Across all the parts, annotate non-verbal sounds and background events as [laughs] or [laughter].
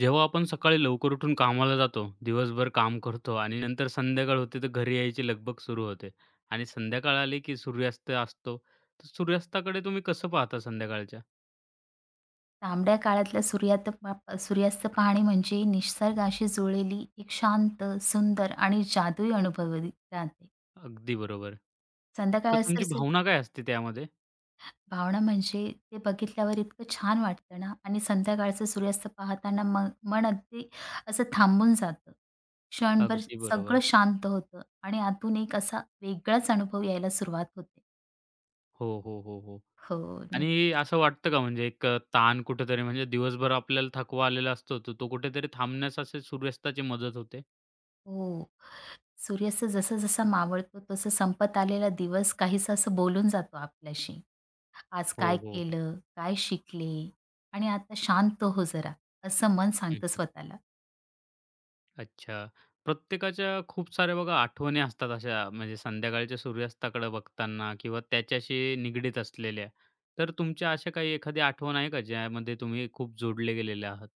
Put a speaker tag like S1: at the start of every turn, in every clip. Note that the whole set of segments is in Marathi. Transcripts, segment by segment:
S1: जेव्हा आपण सकाळी लवकर उठून कामाला जातो, दिवसभर काम करतो आणि नंतर संध्याकाळ होते तर घरी यायची लगबग सुरू होते आणि संध्याकाळ आली की सूर्यास्त असतो. तर सूर्यास्ताकडे तुम्ही कसं पाहता संध्याकाळच्या?
S2: तांबड्या काळातला सूर्यास्त पाहणे म्हणजे निसर्गाशी जुळलेली एक शांत सुंदर आणि जादुई अनुभवली राहते.
S1: अगदी बरोबर. तर
S2: संध्याकाळचं
S1: तुमची
S2: सु-
S1: भावना काय असते त्यामध्ये?
S2: भावना म्हणजे ते बघितल्यावर इतकं छान वाटतं ना. आणि संध्याकाळचं सूर्यास्त पाहताना मन मन अगदी असं थांबून जातं क्षणभर.
S1: अगदी
S2: सगळं
S1: बरोबर.
S2: शांत होतं आणि आतून एक असा वेगळाच अनुभव यायला सुरुवात होते.
S1: हो, हो, हो, हो.
S2: हो. न-
S1: आणि असं वाटतं का म्हणजे एक ताण कुठेतरी म्हणजे दिवसभर आपल्याला थकवा आलेला असतो, तर तो कुठेतरी थांबण्यास असे सूर्यास्ताची मदत होते?
S2: हो. सूर्यास्त जसा-जसा मावळतो, तसं संपत आलेला दिवस काहीसा असं बोलून जातो आपल्याशी. आज
S1: हो,
S2: काय
S1: हो.
S2: केलं? काय शिकले? आणि आता शांत हो जरा, असं मन
S1: हं,
S2: सांगतं स्वतःला.
S1: अच्छा. प्रत्येकाच्या खूप साऱ्या बघा आठवणी असतात अशा म्हणजे संध्याकाळच्या सूर्यास्ताकडे बघताना किंवा त्याच्याशी निगडीत असलेल्या. तर तुमच्या अशा काही एखादी आठवण आहे का ज्यामध्ये तुम्ही खूप जोडले गेलेले आहात?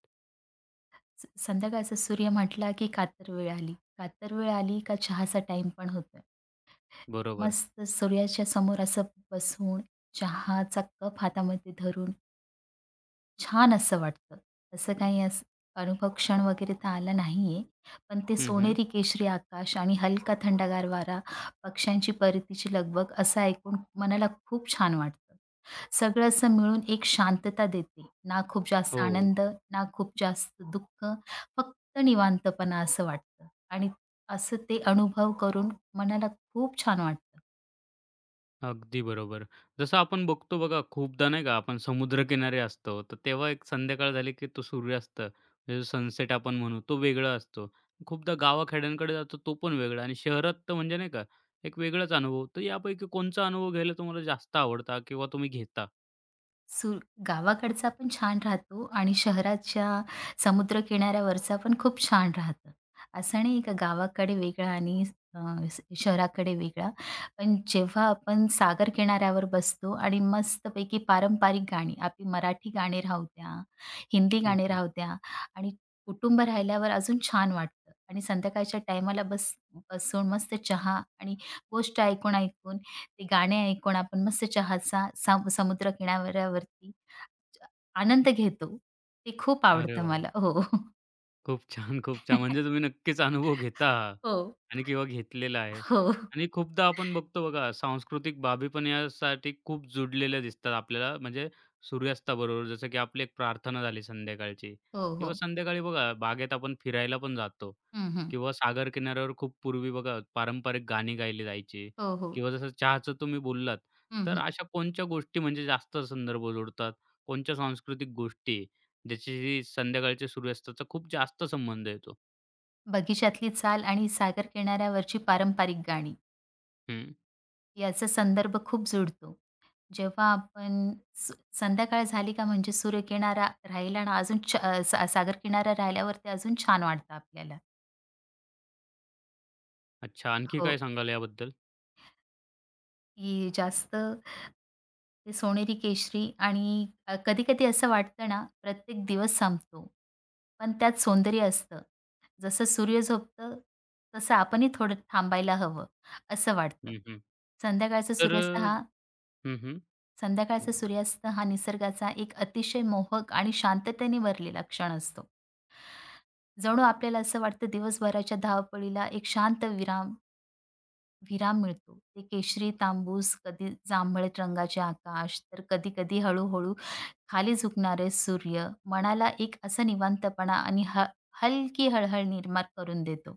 S2: संध्याकाळचा सूर्य म्हटला, की कातर वेळ आली. कातर वेळ आली का चहाचा टाईम पण होतोय.
S1: बरोबर.
S2: मस्त सूर्याच्या समोर असं बसून, चहाचा कप हातामध्ये धरून छान असं वाटतं. तसं काही असं अनुभव क्षण वगैरे तर आला नाहीये. पण ते
S1: हं, हं.
S2: सोनेरी केशरी आकाश आणि हलका थंडगार वारा, पक्ष्यांची परतीची लगबग असं ऐकून मनाला खूप छान वाटतं. सगळं असं मिळून एक शांतता देते. ना खूप जास्त
S1: हो.
S2: आनंद, ना खूप जास्त दुःख, फक्त निवांतपणा असं वाटतं. आणि असं ते अनुभव करून मनाला खूप छान वाटतं.
S1: अगदी बरोबर. जसं आपण बघतो बघा खूपदा नाही का आपण समुद्रकिनारी असतो, तर तेव्हा एक संध्याकाळ झाली की तो सूर्यास्त म्हणजे सनसेट आपण म्हणू तो वेगळा असतो. खूपदा गावाखेड्यांकडे जातो तो पण वेगळा आणि शहरात तर म्हणजे नाही का एक वेगळाच अनुभव. तर यापैकी कोणचा अनुभव घ्यायला तुम्हाला जास्त आवडता किंवा तुम्ही घेता?
S2: सु गावाकडचा पण छान राहतो आणि शहराच्या समुद्रकिनाऱ्यावरचा पण खूप छान राहतं. असं नाही का गावाकडे वेगळा आणि अ, शहराकडे वेगळा. पण जेव्हा आपण सागर किनाऱ्यावर बसतो आणि मस्तपैकी पारंपरिक गाणी, आपली मराठी गाणी राहू द्या, हिंदी
S1: हं,
S2: गाणी
S1: हं.
S2: राहू द्या, आणि कुटुंब राहिल्यावर अजून छान वाटतं. आणि संध्याकाळच्या टायमाला बसून मस्त चहा आणि गोष्ट ऐकून-ऐकून ते गाणे ऐकून आपण मस्त चहाचा समुद्र किनाऱ्यावरती आनंद घेतो. ते खूप
S1: अरे
S2: आवडतं
S1: वाह!
S2: मला.
S1: वाह!
S2: हो.
S1: खूप छान, खूप छान. म्हणजे
S2: [laughs]
S1: तुम्ही नक्कीच अनुभव घेता.
S2: हो,
S1: आणि किंवा घेतलेला आहे.
S2: हो.
S1: आणि खूपदा आपण बघतो बघा, सांस्कृतिक बाबी पण यासाठी खूप जुडलेल्या दिसतात आपल्याला, म्हणजे सूर्यास्ताबरोबर. जसं की आपली एक प्रार्थना झाली संध्याकाळची
S2: हो,
S1: किंवा
S2: हो.
S1: संध्याकाळी बघा बागेत आपण फिरायला पण जातो
S2: हं, हं.
S1: किंवा सागर किनाऱ्यावर खूप पूर्वी बघा पारंपरिक गाणी गायली जायची
S2: हो, हो.
S1: किंवा जसं चहाचं तुम्ही बोललात,
S2: हं,
S1: तर
S2: हं.
S1: अशा कोणत्या गोष्टी म्हणजे जास्त संदर्भ जोडतात? कोणत्या सांस्कृतिक गोष्टी ज्याच्याशी संध्याकाळच्या सूर्यास्ताचा खूप जास्त संबंध येतो?
S2: बगीचातली चाल आणि सागर किनाऱ्यावरची पारंपरिक गाणी
S1: हं.
S2: याचा संदर्भ खूप जुळतो. जेव्हा आपण स संध्याकाळ झाली का म्हणजे सूर्यकिनारा राहिला ना अजून सागर किनारा राहिल्यावर ते अजून छान वाटतं आपल्याला.
S1: अच्छा. आणखी काय
S2: हो.
S1: सांगाल याबद्दल?
S2: की जास्त ते सोनेरी केशरी आणि कधी-कधी असं वाटतं ना, प्रत्येक दिवस संपतो, पण त्यात सौंदर्य असतं. जसं सूर्य झोपतं, तसं आपणही थोडं थांबायला हवं, असं वाटतं.
S1: हं, हं.
S2: संध्याकाळचा
S1: तर
S2: सूर्यास्त हा
S1: हं,
S2: संध्याकाळचा सूर्यास्त हा निसर्गाचा एक अतिशय मोहक आणि शांततेने भरलेला क्षण असतो. जणू आपल्याला असं वाटतं दिवसभराच्या धावपळीला एक शांत विराम विराम मिळतो. ते केशरी तांबूस, कधी जांभळट रंगाचे आकाश, तर कधी-कधी हळू-हळू खाली झुकणारे सूर्य मनाला एक असा निवांतपणा आणि हलकी हळहळ निर्माण करून देतो.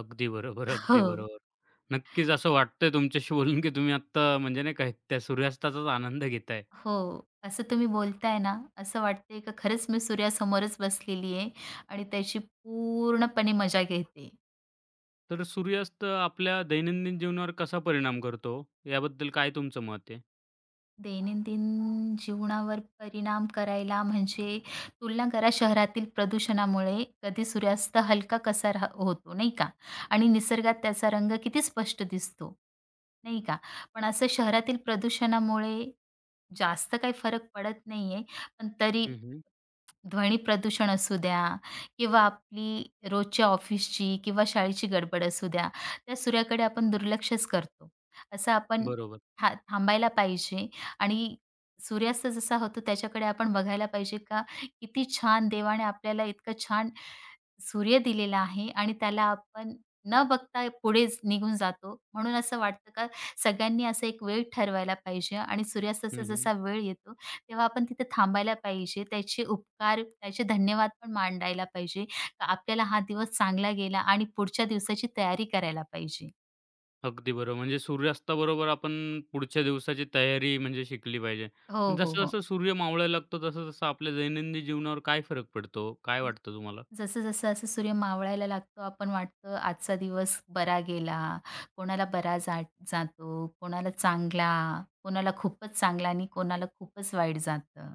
S1: अगदी बरोबर, अगदी
S2: हो.
S1: बरोबर. नक्कीच असं वाटतंय तुमच्याशी बोलून, की तुम्ही आत्ता म्हणजे नाही का त्या सूर्यास्ताचाच आनंद घेताय.
S2: हो. असं तुम्ही बोलताय ना, असं वाटतंय का खरंच मी सूर्यासमोरच बसलेली आहे आणि त्याची पूर्णपणे मजा घेते.
S1: तर सूर्यास्त आपल्या दैनंदिन जीवनावर कसा परिणाम करतो, याबद्दल काय तुमचं मत आहे?
S2: दैनंदिन जीवनावर परिणाम करायला म्हणजे तुलना करा शहरातील प्रदूषणामुळे कधी सूर्यास्त हलका कसा होतो नाही का, आणि निसर्गात त्याचा रंग किती स्पष्ट दिसतो नाही का. पण असं शहरातील प्रदूषणामुळे जास्त काही फरक पडत नाहीये. पण तरी
S1: हं,
S2: ध्वनी प्रदूषण असू द्या किंवा आपली रोजच्या ऑफिसची किंवा शाळेची गडबड असू द्या, त्या सूर्याकडे आपण दुर्लक्षच करतो. असं आपण
S1: बरोबर.
S2: थांबायला पाहिजे आणि सूर्यास्त जसा होतो त्याच्याकडे आपण बघायला पाहिजे. का किती छान देवाने आपल्याला इतकं छान सूर्य दिलेला आहे आणि त्याला आपण न बघता पुढे निघून जातो. म्हणून असं वाटतं का सगळ्यांनी असा एक वेळ ठरवायला पाहिजे आणि
S1: हं,
S2: सूर्यास्ताचा
S1: हं.
S2: जसा वेळ येतो तेव्हा आपण तिथे थांबायला पाहिजे. त्याचे उपकार, त्याचे धन्यवाद पण मांडायला पाहिजे. का आपल्याला हा दिवस चांगला गेला आणि पुढच्या दिवसाची तयारी करायला पाहिजे.
S1: अगदी बरोबर. म्हणजे सूर्यास्ताबरोबर आपण पुढच्या दिवसाची तयारी म्हणजे शिकली पाहिजे.
S2: हो, हो, हो.
S1: जसं-जसं सूर्य मावळायला लागतो, तसं-तसं आपल्या दैनंदिन जीवनावर काय फरक पडतो? काय वाटतं तुम्हाला?
S2: जसं-जसं असं सूर्य मावळायला लागतो, आपण वाटतं आजचा दिवस बरा गेला. कोणाला बरा जा जातो, कोणाला चांगला, कोणाला खूपच चांगला आणि कोणाला खूपच वाईट जातं.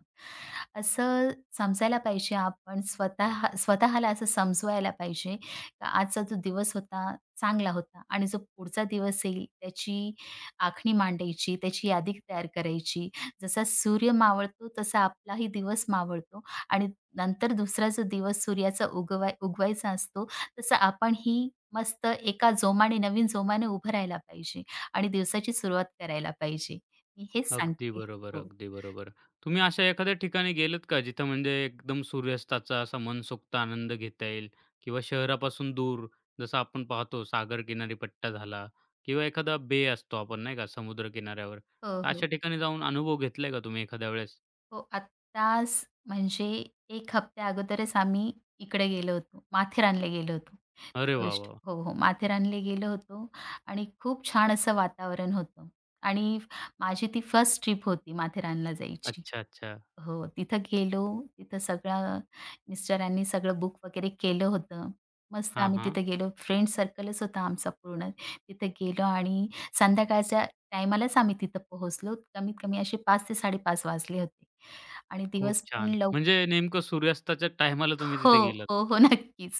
S2: असं समजायला पाहिजे. आपण स्वतः स्वतःला असं समजवायला पाहिजे, का आजचा जो दिवस होता चांगला होता आणि जो पुढचा दिवस येईल त्याची आखणी मांडायची, त्याची यादी तयार करायची. जसा सूर्य मावळतो तसा आपलाही दिवस मावळतो. आणि नंतर दुसरा जो दिवस सूर्याचा उगवायचा असतो, तसं आपण ही मस्त एका जोमाने, नवीन जोमाने उभं राहायला पाहिजे आणि दिवसाची सुरुवात करायला पाहिजे. मी हेच
S1: अगदी
S2: सांगते.
S1: बरोबर,
S2: हो.
S1: अगदी बरोबर. तुम्ही अशा एखाद्या ठिकाणी गेलेत का जिथं म्हणजे एकदम सूर्यास्ताचा असा मनसोक्त आनंद घेता येईल किंवा शहरापासून दूर जसं आपण पाहतो सागर किनारी पट्टा झाला किंवा एखादा बे असतो आपण नाही का समुद्र किनाऱ्यावर.
S2: हो,
S1: तर अशा
S2: हो.
S1: ठिकाणी जाऊन अनुभव घेतलाय का तुम्ही एखाद्या वेळेस?
S2: हो, आत्ताच म्हणजे 1 हफ्त्या अगोदरच आम्ही इकडे गेलो होतो, माथेरानला गेलो होतो.
S1: अरे वाह,
S2: गोष्ट
S1: वाह!
S2: हो, हो. माथेरानला गेलो होतो आणि खूप छान असं वातावरण होतं. आणि माझी ती फर्स्ट ट्रिप होती माथेरानला जायची.
S1: अच्छा, अच्छा.
S2: हो, तिथं गेलो. तिथं सगळं मिस्टरांनी सगळं बुक वगैरे केलं होतं. मस्त
S1: हां,
S2: आम्ही
S1: हां.
S2: तिथे गेलो. फ्रेंड सर्कलच होता आमचा पूर्ण. तिथे गेलो आणि संध्याकाळच्या टायमालाच आम्ही तिथं पोहोचलो. कमीत कमी असे 5 ते 5:30 वाजले होते. आणि
S1: खूप
S2: दिवस पण
S1: छान.
S2: लवकर.
S1: म्हणजे नेमकं सूर्यास्ताच्या टायमाला तुम्ही
S2: हो,
S1: तिथे गेलात.
S2: हो, हो. [laughs] नक्कीच.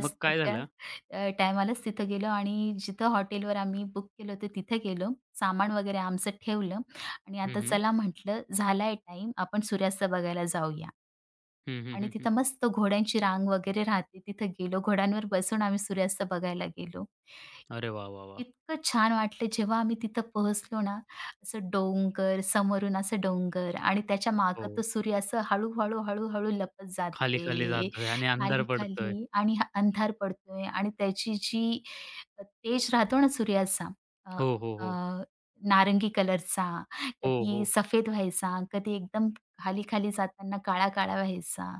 S1: मग काय झालं?
S2: टायमालाच तिथं गेलो. आणि जिथं हॉटेलवर आम्ही बुक केलं होतं तिथं गेलो. सामान वगैरे आमचं ठेवलं आणि
S1: हं,
S2: आता
S1: हं.
S2: चला म्हटलं झालाय टाईम आपण सूर्यास्त बघायला जाऊया.
S1: हं,
S2: आणि
S1: हं, हं,
S2: तिथं मस्त घोड्यांची रांग वगैरे राहते. तिथं गेलो. घोड्यांवर बसून आम्ही सूर्यास्त बघायला गेलो.
S1: अरे वाह, वाह, वाह!
S2: इतकं छान वाटलं जेव्हा आम्ही तिथं पोहोचलो ना, असं डोंगर, समोरून असं डोंगर आणि त्याच्या मागं
S1: हो.
S2: तो सूर्य असं हळू-हळू, हळू-हळू लपत
S1: खाली-खाली
S2: जातोय
S1: जातोय आणि अंधार पडतोय.
S2: खाली-खाली. आणि हा अंधार पडतोय आणि त्याची जी तेज राहतो ना सूर्याचा, अ,
S1: हो, हो,
S2: अ,
S1: हो.
S2: नारंगी कलरचा,
S1: हो,
S2: कधी
S1: हो.
S2: सफेद व्हायचा, कधी एकदम खाली-खाली जाताना काळा-काळा व्हायचा.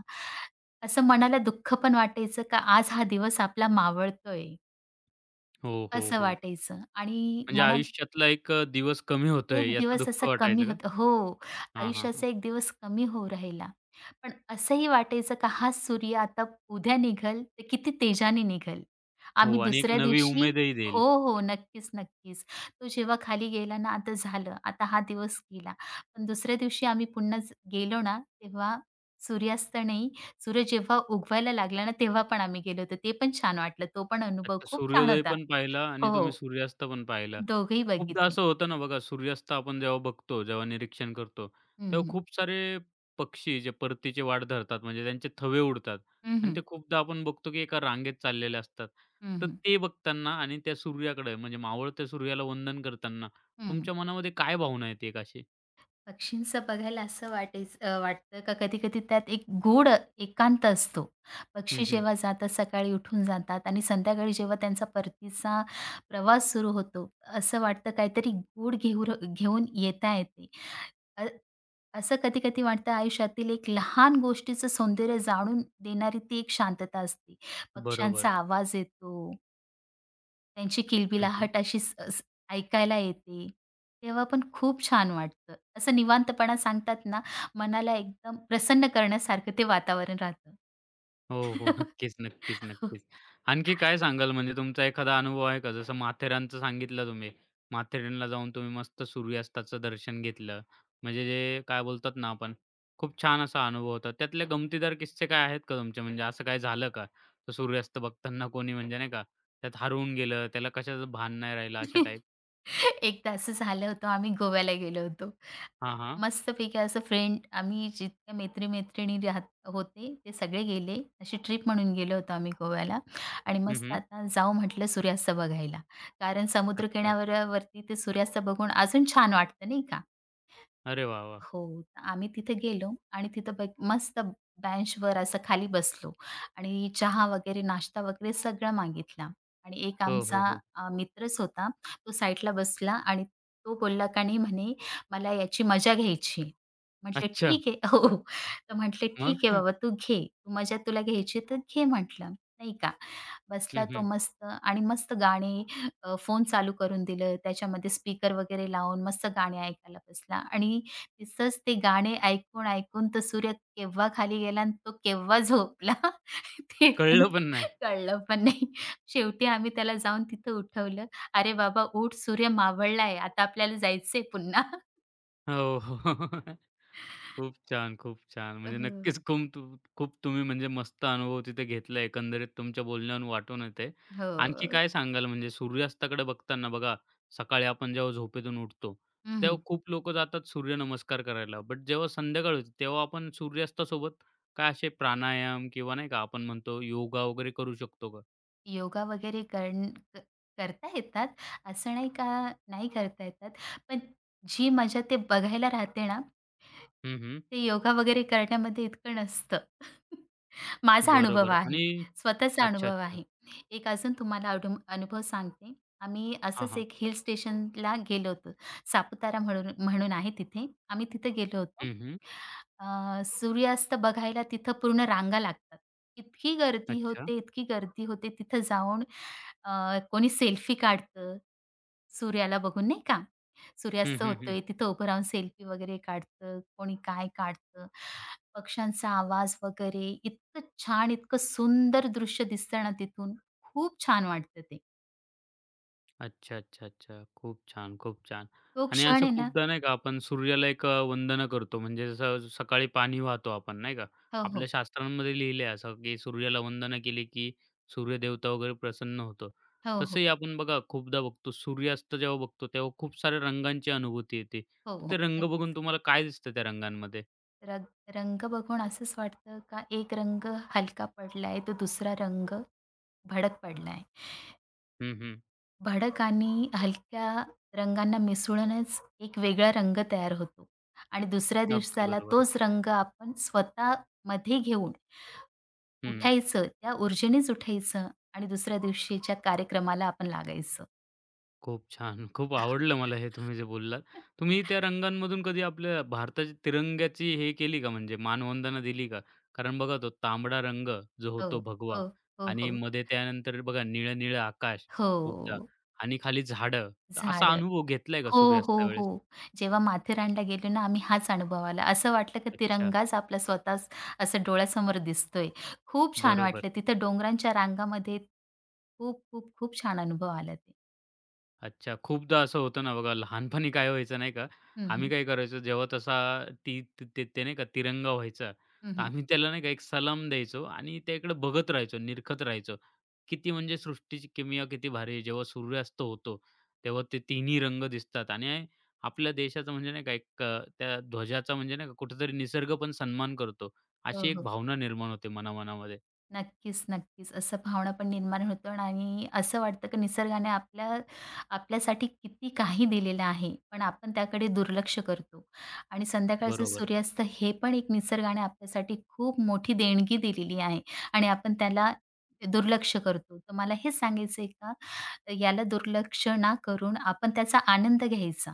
S2: असं मनाला दुःख पण वाटायचं का आज हा दिवस आपला मावळतोय.
S1: हो, हो,
S2: असं
S1: हो.
S2: वाटायचं आणि
S1: म्हणजे
S2: म्हणा
S1: आयुष्यातला एक दिवस कमी होतोय
S2: एक
S1: याचं
S2: दिवस
S1: दुःख
S2: असा कमी
S1: वाटायचं का?
S2: होतो हो,
S1: हां, हां, हां.
S2: आयुष्याचा एक दिवस कमी होऊ राहिला. पण असंही वाटायचं का हा सूर्य आता उद्या निघेल तर किती तेजाने निघल.
S1: हो
S2: आम्ही
S1: आणि एक
S2: दुसऱ्या
S1: नवी
S2: दिवशी
S1: उमेदही
S2: हो,
S1: देईल.
S2: हो. नक्कीच, नक्कीच. तो जेव्हा खाली गेला ना आता झालं, आता हा दिवस गेला. पण दुसऱ्या दिवशी आम्ही पुन्हा गेलो ना तेव्हा सूर्यास्त नाही, सूर्य जेव्हा उगवायला लागला ना तेव्हा पण आम्ही गेलो होतो. ते पण छान वाटलं. तो पण अनुभव
S1: अच्छा,
S2: खूप छान
S1: सूर्योदय
S2: होता.
S1: पण पाहिला आणि
S2: हो.
S1: तुम्ही
S2: हो.
S1: सूर्यास्त पण पाहिला.
S2: दोघेही
S1: खूपदा
S2: बघितले.
S1: असं होतं ना बघा, सूर्यास्त आपण जेव्हा बघतो, जेव्हा निरीक्षण करतो,
S2: हं,
S1: तेव्हा
S2: हं.
S1: खूप सारे पक्षी जे परतीची वाट धरतात, म्हणजे त्यांचे थवे उडतात
S2: हं,
S1: आणि
S2: हं.
S1: ते खूपदा आपण बघतो की एका रांगेत चाललेले असतात.
S2: हं,
S1: तर
S2: हं.
S1: ते बघताना आणि त्या सूर्याकडे म्हणजे मावळत्या सूर्याला वंदन करताना
S2: हं, हं.
S1: तुमच्या मनामध्ये काय भावना येते एक अशी?
S2: पक्षींचं बघायला असं वाटायचं. वाटतं का कधी-कधी त्यात एक गूढ एकांत असतो.
S1: हं,
S2: पक्षी
S1: हं.
S2: जेव्हा जातात, सकाळी उठून जातात आणि संध्याकाळी जेव्हा त्यांचा परतीचा प्रवास सुरू होतो, असं वाटतं काहीतरी गूढ घेऊन येत आहेत ते. अ, असं कधी-कधी वाटतं आयुष्यातील एक लहान गोष्टीचं सौंदर्य जाणून देणारी ती एक शांतता असते. पक्ष्यांचा
S1: बरोबर.
S2: आवाज येतो. त्यांची किलबिलाहट अशी स स ऐकायला येते. तेव्हा पण खूप छान वाटतं. असं निवांतपणा सांगतात ना, मनाला एकदम प्रसन्न करण्यासारखं ते वातावरण राहतं.
S1: हो, हो.
S2: [laughs]
S1: नक्कीच, नक्कीच,
S2: हो.
S1: नक्कीच. आणखी काय सांगाल म्हणजे तुमचा एखादा अनुभव आहे का? जसं माथेरानचं सांगितलं तुम्ही. माथेरानला जाऊन तुम्ही मस्त सूर्यास्ताचं दर्शन घेतलं. म्हणजे जे काय बोलतात ना आपण, खूप छान असा अनुभव होता. त्यातले गमतीदार किस्से काय आहेत का तुमचे? म्हणजे असं काय झालं का? तर सूर्यास्त बघताना कोणी म्हणजे नाही का, त्यात हरवून गेलं, त्याला कशाचं भान नाही राहिलं अशा टाईप?
S2: एकदा असं झालं होतं, आम्ही गोव्याला गेलो होतो.
S1: हां, हां.
S2: मस्तपैकी असं फ्रेंड आम्ही जितक्या मैत्री-मैत्रिणी होते, ते सगळे गेले. अशी ट्रिप म्हणून गेलो होतो आम्ही गोव्याला आणि
S1: हं,
S2: मस्त
S1: हं.
S2: आता जाऊ म्हटलं सूर्यास्त बघायला. कारण
S1: अच्छा.
S2: समुद्रकिनाऱ्यावरती ते सूर्यास्त बघून अजून छान वाटतं नाही का?
S1: अरे वाह, वाह!
S2: हो. आम्ही तिथे गेलो आणि तिथं मस्त बेंचवर असं खाली बसलो आणि चहा वगैरे, नाश्ता वगैरे सगळा मागितला. आणि एक
S1: हो, हो,
S2: आमचा
S1: हो.
S2: मित्रच होता. तो साईडला बसला आणि तो बोलला का नाही म्हणे, "मला याची मजा घ्यायची आहे." म्हटलं,
S1: अच्छा.
S2: "ठीक आहे." हो, हो. तर म्हटले, "ठीक आहे
S1: मग?
S2: बाबा, तू घे. तू मजा तुला घ्यायची तर घे," म्हटलं, नाही का.
S1: हं,
S2: बसला तो
S1: हं.
S2: मस्त आणि मस्त गाणे, फोन चालू करून दिलं. त्याच्यामध्ये स्पीकर वगैरे लावून मस्त गाणे ऐकायला बसला. आणि तिथंच ते गाणे ऐकून-ऐकून तो सूर्य केव्हा खाली गेला आणि तो केव्हा झोपला [laughs] ते पण
S1: कळलं पण नाही.
S2: कळलं पण नाही. शेवटी आम्ही त्याला जाऊन तिथं उठवलं. "अरे बाबा उठ, सूर्य मावळलाय. आता आपल्याला जायचंय पुन्हा." हं.
S1: हो. हो [laughs] खूप छान, खूप छान. म्हणजे नक्कीच
S2: [laughs]
S1: खूप तुम्ही म्हणजे मस्त अनुभव तिथे घेतला एकंदरीत तुमच्या बोलण्यावरून वाटून येतंय. आणखी
S2: हो.
S1: काय सांगाल म्हणजे सूर्यास्ताकडे बघताना बघा, सकाळी आपण जेव्हा झोपेतून उठतो, तेव्हा
S2: हं,
S1: खूप लोकं जातात सूर्यनमस्कार करायला. बट जेव्हा संध्याकाळ होते तेव्हा आपण सूर्यास्तासोबत काय असे प्राणायाम किंवा नाही का आपण म्हणतो योगा वगैरे करू शकतो का?
S2: योगा वगैरे करण क करता येतात. असं नाही का, नाही करता येतात. पण जी मजा ते बघायला राहते ना,
S1: हं, हं.
S2: ते योगा वगैरे करण्यामध्ये इतकं नसतं. [laughs] माझा अनुभव
S1: बरोबर
S2: आहे.
S1: आणि
S2: स्वतःचा
S1: अच्छा,
S2: अनुभव
S1: अच्छा.
S2: आहे. एक अजून तुम्हाला अनुभव सांगते. आम्ही
S1: हां,
S2: असंच
S1: हां.
S2: एक हिल स्टेशनला गेलो होतो. सापुतारा म्हणून म्हणून आहे तिथे. आम्ही तिथे गेलो होतो.
S1: हं, हं.
S2: सूर्यास्त बघायला तिथं पूर्ण रांगा लागतात. इतकी गर्दी
S1: अच्छा.
S2: होते, इतकी गर्दी होते. तिथं जाऊन कोणी सेल्फी काढतं सूर्याला बघून नाही का?
S1: हं,
S2: सूर्यास्त
S1: हं, हं.
S2: होतोय, तिथं उभं राहून सेल्फी वगैरे काढतं, कोणी काय काढतं, पक्ष्यांचा आवाज वगैरे इतकं छान, इतकं सुंदर दृश्य दिसतं ना तिथून, खूप छान वाटतं ते.
S1: अच्छा, अच्छा, अच्छा. खूप छान, खूप छान.
S2: तो
S1: आणि
S2: क्षण
S1: असं
S2: आहे ना.
S1: खूपदा नाही का आपण सूर्याला एक वंदन करतो म्हणजे जसं सकाळी पाणी वाहतो आपण नाही का?
S2: हो,
S1: आपल्या
S2: हो.
S1: शास्त्रांमध्ये लिहिलं असं, की सूर्याला वंदना केली की सूर्यदेवता वगैरे प्रसन्न होतो.
S2: हो, हो.
S1: तसंही आपण बघा खूपदा बघतो सूर्यास्त जेव्हा बघतो तेव्हा खूप साऱ्या रंगांची अनुभूती येते.
S2: हो,
S1: तर ते
S2: हो.
S1: रंग बघून
S2: नक्कीच.
S1: तुम्हाला काय दिसतं त्या रंगांमध्ये?
S2: रग रंग बघून असंच वाटतं का एक रंग हलका पडलाय, तर दुसरा रंग भडक पडलाय.
S1: हं, हं.
S2: भडक आणि हलक्या रंगांना मिसळूनच एक वेगळा रंग तयार होतो. आणि दुसऱ्या
S1: अगदी
S2: दिवसाला
S1: बरोबर.
S2: तोच रंग आपण स्वतःमध्ये घेऊन
S1: हं.
S2: उठायचं, त्या ऊर्जेनेच उठायचं आणि दुसऱ्या दिवशीच्या कार्यक्रमाला आपण लागायचं.
S1: खूप छान. खूप आवडलं मला हे तुम्ही जे बोललात. तुम्ही त्या
S2: [laughs]
S1: रंगांमधून कधी आपल्या भारताच्या तिरंग्याची हे केली का म्हणजे मानवंदना दिली का? कारण बघा तो तांबडा रंग जो
S2: हो,
S1: होतो भगवा
S2: हो, हो,
S1: आणि
S2: हो,
S1: मध्ये त्यानंतर बघा निळं-निळं आकाश खूपदा
S2: हो.
S1: आणि खाली झाडं. तर असा
S2: झाडं.
S1: अनुभव घेतलाय का
S2: हो, हो,
S1: सूर्यास्तावेळेस?
S2: हो. जेव्हा माथेरानला गेलो ना आम्ही हाच अनुभव आला. असं वाटलं की
S1: अच्छा.
S2: तिरंगाच आपला स्वतःच असं डोळ्यासमोर दिसतोय. खूप छान
S1: बरोबर.
S2: वाटलं तिथं डोंगरांच्या रांगामध्ये. खूप, खूप, खूप छान अनुभव आला ते.
S1: अच्छा. खूपदा असं होतं ना बघा, लहानपणी काय व्हायचं नाही का,
S2: हं,
S1: आम्ही
S2: हं.
S1: काय करायचो जेव्हा तसा ती ते ते ते नाही का तिरंगा व्हायचा, तर
S2: हं,
S1: आम्ही त्याला नाही का एक सलाम द्यायचो आणि त्याकडे बघत राहायचो, निरखत राहायचो. किती म्हणजे सृष्टीची किमया किती भारी आहे. जेव्हा सूर्यास्त होतो, तेव्हा ते तिन्ही रंग दिसतात आणि आपल्या देशाचा म्हणजे नाही का एक त्या ध्वजाचा म्हणजे नाही का कुठेतरी निसर्ग पण सन्मान करतो. अशी
S2: हो,
S1: एक
S2: हो.
S1: भावना निर्माण होते मनामनामध्ये.
S2: नक्कीच, नक्कीच. असं भावना पण निर्माण होतं आणि असं वाटतं की निसर्गाने आपल्यासाठी किती काही दिलेलं आहे, पण आपण त्याकडे दुर्लक्ष करतो. आणि संध्याकाळचं
S1: बरोबर.
S2: सूर्यास्त हे पण एक निसर्गाने आपल्यासाठी खूप मोठी देणगी दिलेली आहे. आणि आपण त्याला दुर्लक्ष करतो. तर मला हे सांगायचं आहे का, याला दुर्लक्ष ना करून आपण त्याचा आनंद घ्यायचा.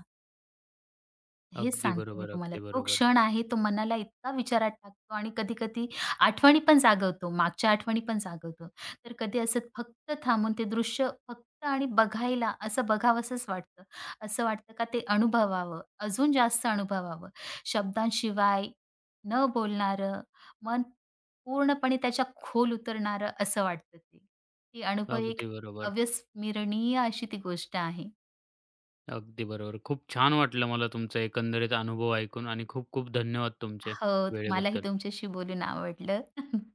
S2: हेच
S1: अगदी
S2: सांगते मी
S1: बरोबर,
S2: तुम्हाला.
S1: अगदी
S2: तो
S1: बरोबर,
S2: क्षण आहे तो मनाला इतका विचारात टाकतो. आणि कधी-कधी आठवणी पण जागवतो, मागच्या आठवणी पण जागवतो. तर कधी असं फक्त थांबून ते दृश्य फक्त आणि बघायला असं बघावसंच वाटतं. असं वाटतं का ते अनुभवावं, अजून जास्त अनुभवावं. शब्दांशिवाय न बोलणारं, मन पूर्णपणे त्याच्या खोल उतरणारं असं वाटतं ते. ती अनुभव एक
S1: अगदी बरोबर.
S2: अविस्मरणीय अशी ती गोष्ट आहे.
S1: अगदी बरोबर. खूप छान वाटलं मला तुमचा एकंदरीत अनुभव ऐकून आणि खूप खूप धन्यवाद तुमचे
S2: हो, मलाही
S1: वेळेबद्दल.
S2: तुमच्याशी बोलून आवडलं. [laughs]